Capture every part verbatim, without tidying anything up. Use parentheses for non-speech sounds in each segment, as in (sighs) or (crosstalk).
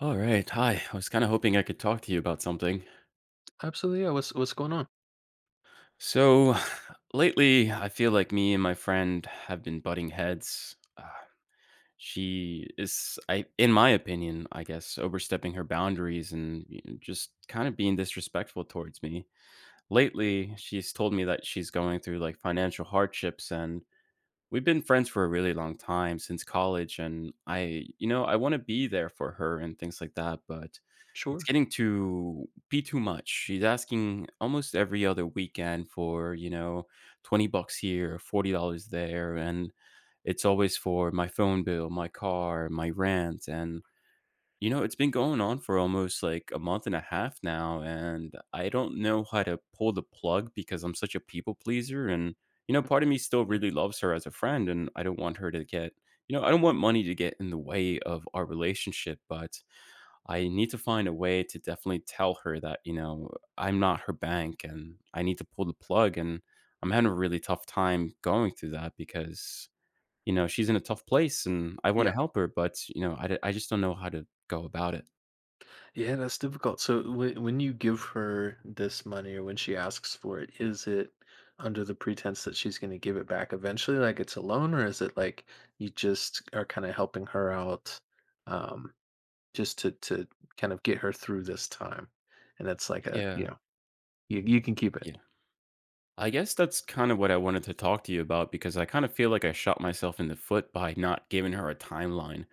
All right. Hi. I was kind of hoping I could talk to you about something. Absolutely, yeah, what's what's going on? So, (sighs) lately, I feel like me and my friend have been butting heads. Uh, she is, I, in my opinion, I guess, overstepping her boundaries and, you know, just kind of being disrespectful towards me. Lately, she's told me that she's going through like financial hardships, and we've been friends for a really long time since college. And I, you know, I want to be there for her and things like that, but it's Sure. getting to be too much. She's asking almost every other weekend for, you know, twenty bucks here, forty dollars there. And it's always for my phone bill, my car, my rent. And, you know, it's been going on for almost like a month and a half now. And I don't know how to pull the plug because I'm such a people pleaser. And, you know, Mhm. part of me still Yeah. really loves her as a friend. And I don't want her to get, you know, I don't want money to get in the way of our relationship. But I need to find a way to definitely tell her that, you know, I'm not her bank and I need to pull the plug. And I'm having a really tough time going through that because, you know, she's in a tough place and I want Yeah. to help her, but, you know, I, d- I just don't know how to go about it. Yeah, that's difficult. So when when you give her this money or when she asks for it, is it under the pretense that she's going to give it back eventually, like it's a loan, or is it like you just are kind of helping her out, um, just to to kind of get her through this time, and it's like a you Yeah. know you you can keep it. Yeah, I guess that's kind of what I wanted to talk to you about because I kind of feel like I shot myself in the foot by not giving her a timeline.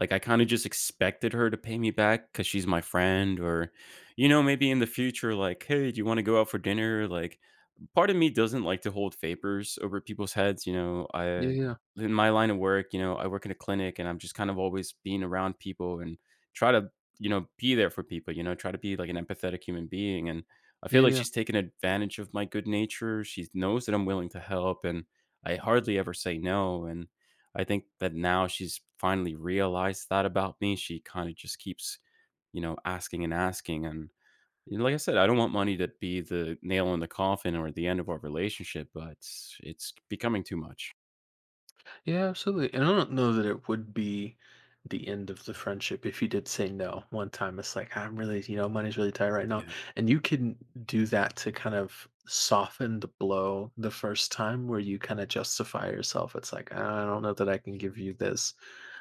Like, I kind of just expected her to pay me back cuz she's my friend. Or, you know, maybe in the future, like, "Hey, do you want to go out for dinner?" Like, part of me doesn't like to hold favors over people's heads, you know. I Yeah. in my line of work, you know, I work in a clinic and I'm just kind of always being around people and try to, you know, be there for people, you know, try to be like an empathetic human being. And I feel like Yeah. she's taken advantage of my good nature. She knows that I'm willing to help, and I hardly ever say no. And I think that now she's finally realized that about me. She kind of just keeps, you know, asking and asking. And, you know, like I said, I don't want money to be the nail in the coffin or the end of our relationship, but it's it's becoming too much. Yeah, absolutely. And I don't know that it would be the end of the friendship if you did say no one time. It's like, I'm really, you know, money's really tight right now. Yeah. And you can do that to kind of soften the blow the first time where you kind of justify yourself. It's like, I don't know that I can give you this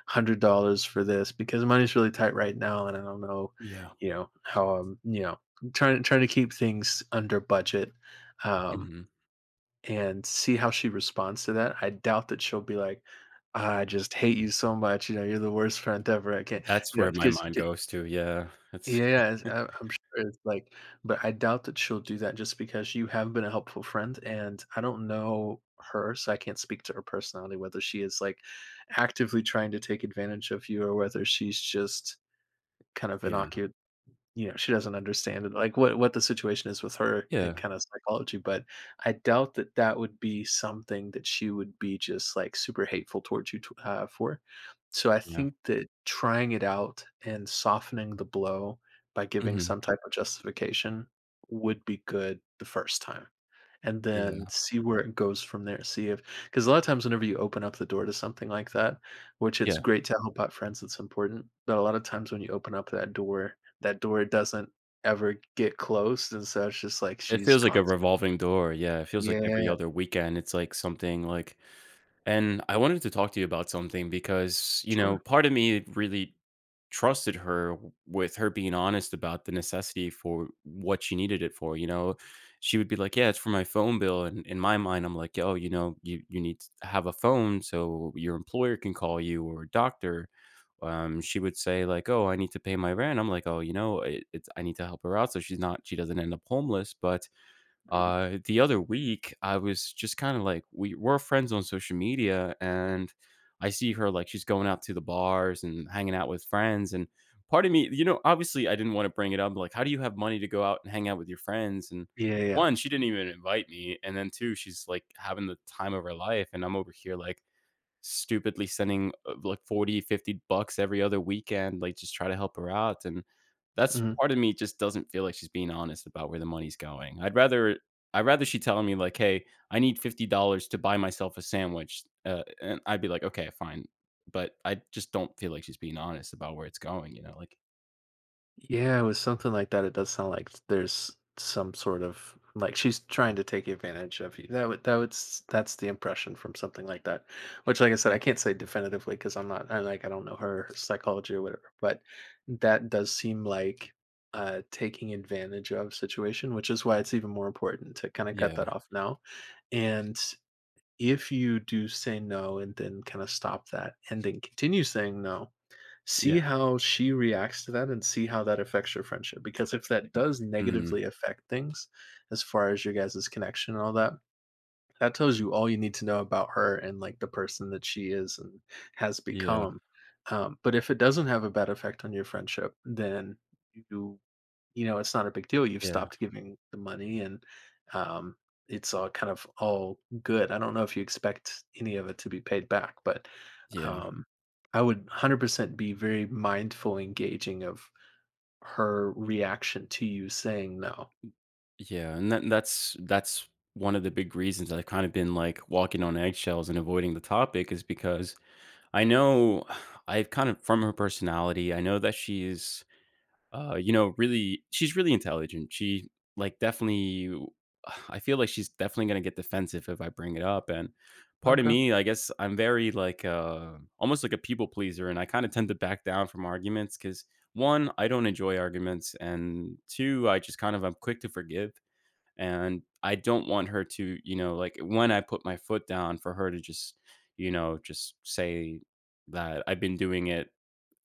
hundred dollars for this because money's really tight right now. And I don't know, Yeah. you know, how I'm, you know, trying, trying to keep things under budget. Um, hmm and see how she responds to that. I doubt that she'll be like, "I just hate you so much, you know, you're the worst friend ever. I can't," That's you know, where my because mind goes to. Yeah. That's, yeah, yeah, it's- (laughs) I- I'm sure it's like, but I doubt that she'll do that just because you have been a helpful friend, and I don't know her, so I can't speak to her personality whether she is like actively trying to take advantage of you or whether she's just kind of yeah. innocuous, you know, she doesn't understand it, like, what what the situation is with her Yeah. and kinda psychology, but I doubt that that would be something that she would be just, like, super hateful towards you t uh, for. So I Yeah. think that trying it out and softening the blow by giving hmm some type of justification would be good the first time and then Yeah. see where it goes from there. See if, because a lot of times, whenever you open up the door to something like that, which it's Yeah. great to help out friends, it's important. But a lot of times, when you open up that door, that door doesn't ever get closed. And so it's just like It she's feels like a constant. revolving door, yeah, it feels like every Yeah, other weekend, it's like something, like, and I wanted to talk to you about something because, you know, sure. part of me really trusted her w with her being honest about the necessity for what she needed it for, you know? She would be like, "Yeah, it's for my phone bill," and in my mind, I'm like, "Oh, you know, you you need to have a phone so your employer can call you, or a doctor." Um, she would say, like, "Oh, I need to pay my rent." I'm like, "Oh, you know, it it's I need to help her out so she's not she doesn't end up homeless." But Mhm. uh, the other week, I was just kind of like, we were friends on social media, and I see her, like, she's going out to the bars and hanging out with friends. And part of me, you know, obviously I didn't want to bring it up. Like, how do you have money to go out and hang out with your friends? And, Yeah, yeah, yeah. one, she didn't even invite me. And then two, she's like having the time of her life. And I'm over here, like, stupidly sending uh, like forty, fifty bucks every other weekend, like just try to help her out. And that's Mhm. part of me just doesn't feel like she's being honest about where the money's going. I'd rather, i'd rather she telling me like, "Hey, I need fifty dollars to buy myself a sandwich," uh, and I'd be like, "Okay, fine." But I just don't feel like she's being honest about where it's going, you know, like. Yeah, with something like that, it does sound like there's some sort of like she's trying to take advantage of you. That would that would s- that's the impression from something like that. Which, like I said, Yeah. I can't say definitively because I'm not I like I don't know her psychology or whatever. But that does seem like a taking advantage of situation, which is why it's even more important to kind of cut that Yeah. off now. And if you do say no and then kind of stop that and then continue saying no, Yeah. see how she reacts to that and see how that affects your friendship, because if that does Mm. negatively affect things as far as your guys' connection and all that, that tells you all you need to know about her and, like, the person that she is and has Yeah. become. Um, but if it doesn't have a bad effect on your friendship, then you you know, it's not a big deal. You've Yeah. stopped giving the money, and um, it's all kind of all good. I don't know if you expect any of it to be paid back, but Yeah. um, I would one hundred percent be very mindful, engaging of her reaction to you saying no. Yeah, and that that's that's one of the big reasons I've kind of been like walking on eggshells and avoiding the topic, is because I know, (sighs) I've kind of, from her personality, I know that she's uh, you know, really she's really intelligent. She, like definitely w- (sighs) I feel like she's definitely gonna get defensive if I bring it up. And part of Okay. me, I guess, I'm very like, uh almost like a people pleaser, and I kind of tend to back down from arguments because, one, I don't enjoy arguments, and two, I just kind of, I'm quick to forgive. And I don't want her to, you know, like, when I put my foot down for her to just, you know, just say that I've been doing it,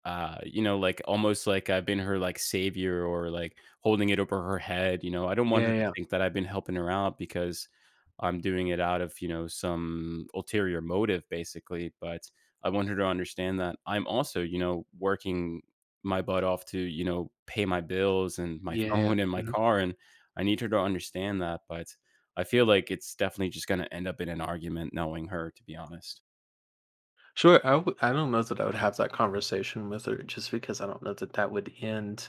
uh you know, like, almost like I've been her like savior, or like holding it over her head. You know, I don't want her Yeah, to yeah, think that I've been helping her out because I'm doing it out of, you know, some ulterior motive, basically. But I want her to understand that I'm also, you know, working my butt off to, you know, pay my bills and my (laughs) yeah, yeah. phone and my Hmm. car. And I need her to understand that, but I feel like it's definitely just going to end up in an argument, knowing her, to be honest. Sure. I w- I don't know that I would have that conversation with her just because I don't know that that would end.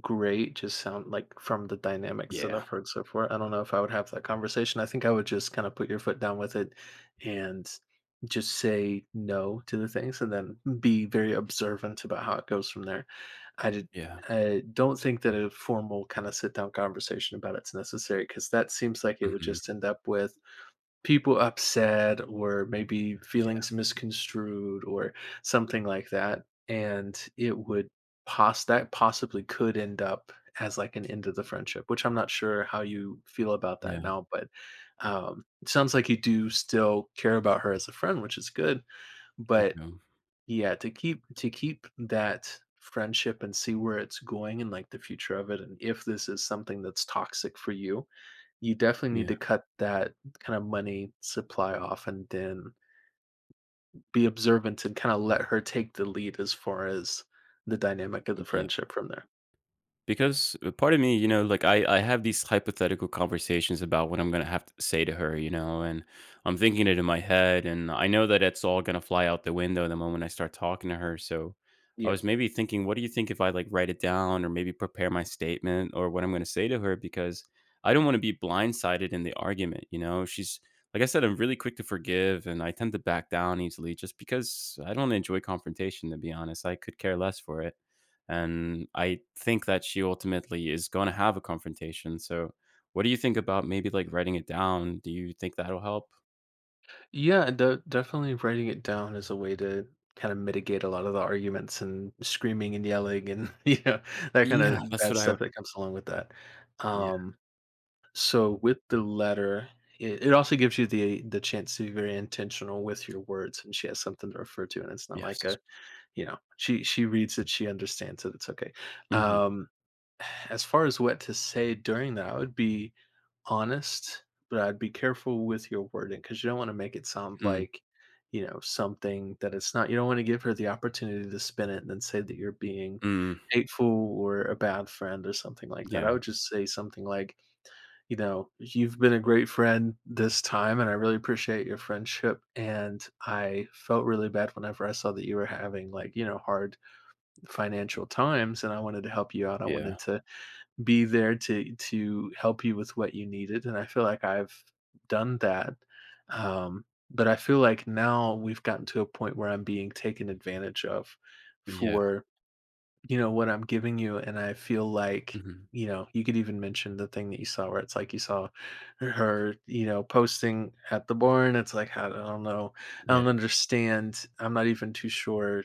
Great, just sound like from the dynamics that Yeah. I've heard so far, I don't know if I would have that conversation. I think I would just kinda put your foot down with it and just say no to the things and then be very observant about how it goes from there. I did Yeah. I don't think that a formal kinda sit down conversation about it's necessary because that seems like it would hmm just end up with people upset or maybe feelings yeah. misconstrued or something like that, and it would pos that possibly could end up as like an end of the friendship, which I'm not sure how you feel about that Yeah. now. But um it sounds like you do still care about her as a friend, which is good. I But do. yeah, to keep to keep that friendship and see where it's going and like the future of it, and if this is something that's toxic for you, you definitely need Yeah, to cut that kind of money supply off and then be observant and kind of let her take the lead as far as the dynamic of the yeah. friendship from there. Because a part of me, you know, like, I, I have these hypothetical conversations about what I'm gonna have to say to her, you know, and I'm thinking it in my head, and I know that it's all gonna fly out the window the moment I start talking to her. So I Yeah. was maybe thinking, what do you think if I like write it down, or maybe prepare my statement or what I'm gonna say to her? Because I don't want to be blindsided in the argument, you know. She's, like I said, I'm really quick to forgive and I tend to back down easily just because I don't enjoy confrontation, to be honest. I could care less for it. And I think that she ultimately is going to have a confrontation. So, what do you think about maybe like writing it down? Do you think that'll help? Yeah, de- definitely writing it down is a way to kind of mitigate a lot of the arguments and screaming and yelling and (laughs) you know that kind Yeah, of that's bad what I stuff would. that comes along with that. Yeah, Um so with the letter, it, it also gives you the the chance to be very intentional with your words, and she has something to refer to, and it's not like yes. a— You know, she she reads it, she understands it, it's okay. Mhm, Um, (sighs) as far as what to say during that, I would be honest, but I'd be careful with your wording because you don't want to make it sound mm, like, you know, something that it's not. You don't want to give her the opportunity to spin it and then say that you're being mm, hateful or a bad friend or something like that. yeah, I would just say something like, you know, you've been a great friend this time and I really appreciate your friendship. And I felt really bad whenever I saw that you were having like, you know, hard Financial Times, and I wanted to help you out. I yeah, wanted to be there to to help you with what you needed, and I feel like I've done that. Um, but I feel like now we've gotten to a point where I'm being taken advantage of yeah, for, you know, what I'm giving you, and I feel like mhm, you know, you could even mention the thing that you saw where it's like you saw her, you know, posting at the barn. It's like, I don't know. I yeah, don't understand. I'm not even too sure.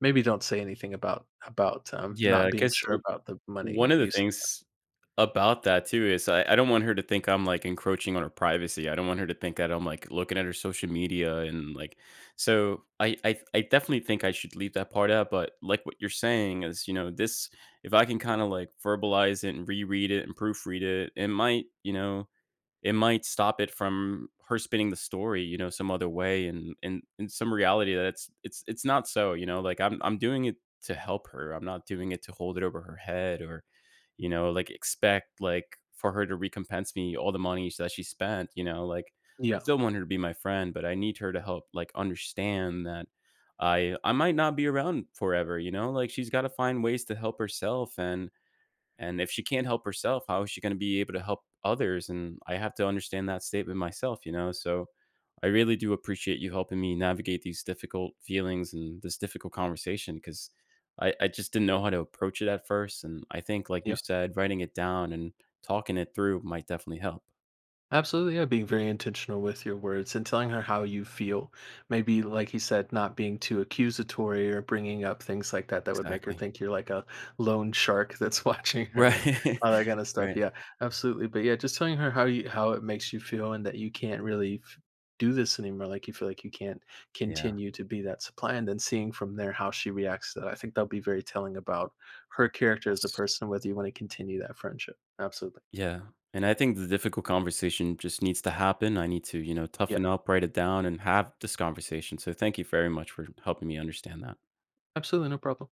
Maybe don't say anything about about, um, yeah, not being 'cause, sure uh, about the money one of the usage. things about that too is, I, I don't want her to think I'm like encroaching on her privacy. I don't want her to think that I'm like looking at her social media and like, so I I, I definitely think I should leave that part out. But like what you're saying is, you know, this, if I can kind of like verbalize it and reread it and proofread it, it might, you know, it might stop it from her spinning the story, you know, some other way, and and in some reality that it's it's it's not. So, you know, like, I'm I'm doing it to help her. I'm not doing it to hold it over her head or, you know, like expect, like, for her to recompense me all the money that she spent, you know, like, I Yeah, still want her to be my friend, but I need her to help, like, understand that I I might not be around forever, you know? Like, she's got to find ways to help herself, and and if she can't help herself, how is she going to be able to help others? And I have to understand that statement myself, you know? So I really do appreciate you helping me navigate these difficult feelings and this difficult conversation, because I, I just didn't know how to approach it at first. And I think, like yeah. you said, writing it down and talking it through might definitely help. Absolutely, yeah, being very intentional with your words and telling her how you feel. Maybe, like he said, not being too accusatory or bringing up things like that that would make her Exactly. think you're like a lone shark that's (laughs) watching her and Right. all that kind of (laughs) stuff. Right. Yeah, absolutely. But yeah, just telling her how you how it makes you feel and that you can't really f- do this anymore. Like you feel like you can't Yeah. continue to be that supply, and then seeing from there how she reacts to that. I think that'll be very telling about her character as a Yes. person, whether you want to continue that friendship. Absolutely. Yeah. And I think the difficult conversation just needs to happen. I need to, you know, Yeah, toughen up, write it down, and have this conversation. So, thank you very much for helping me understand that. absolutely, no problem.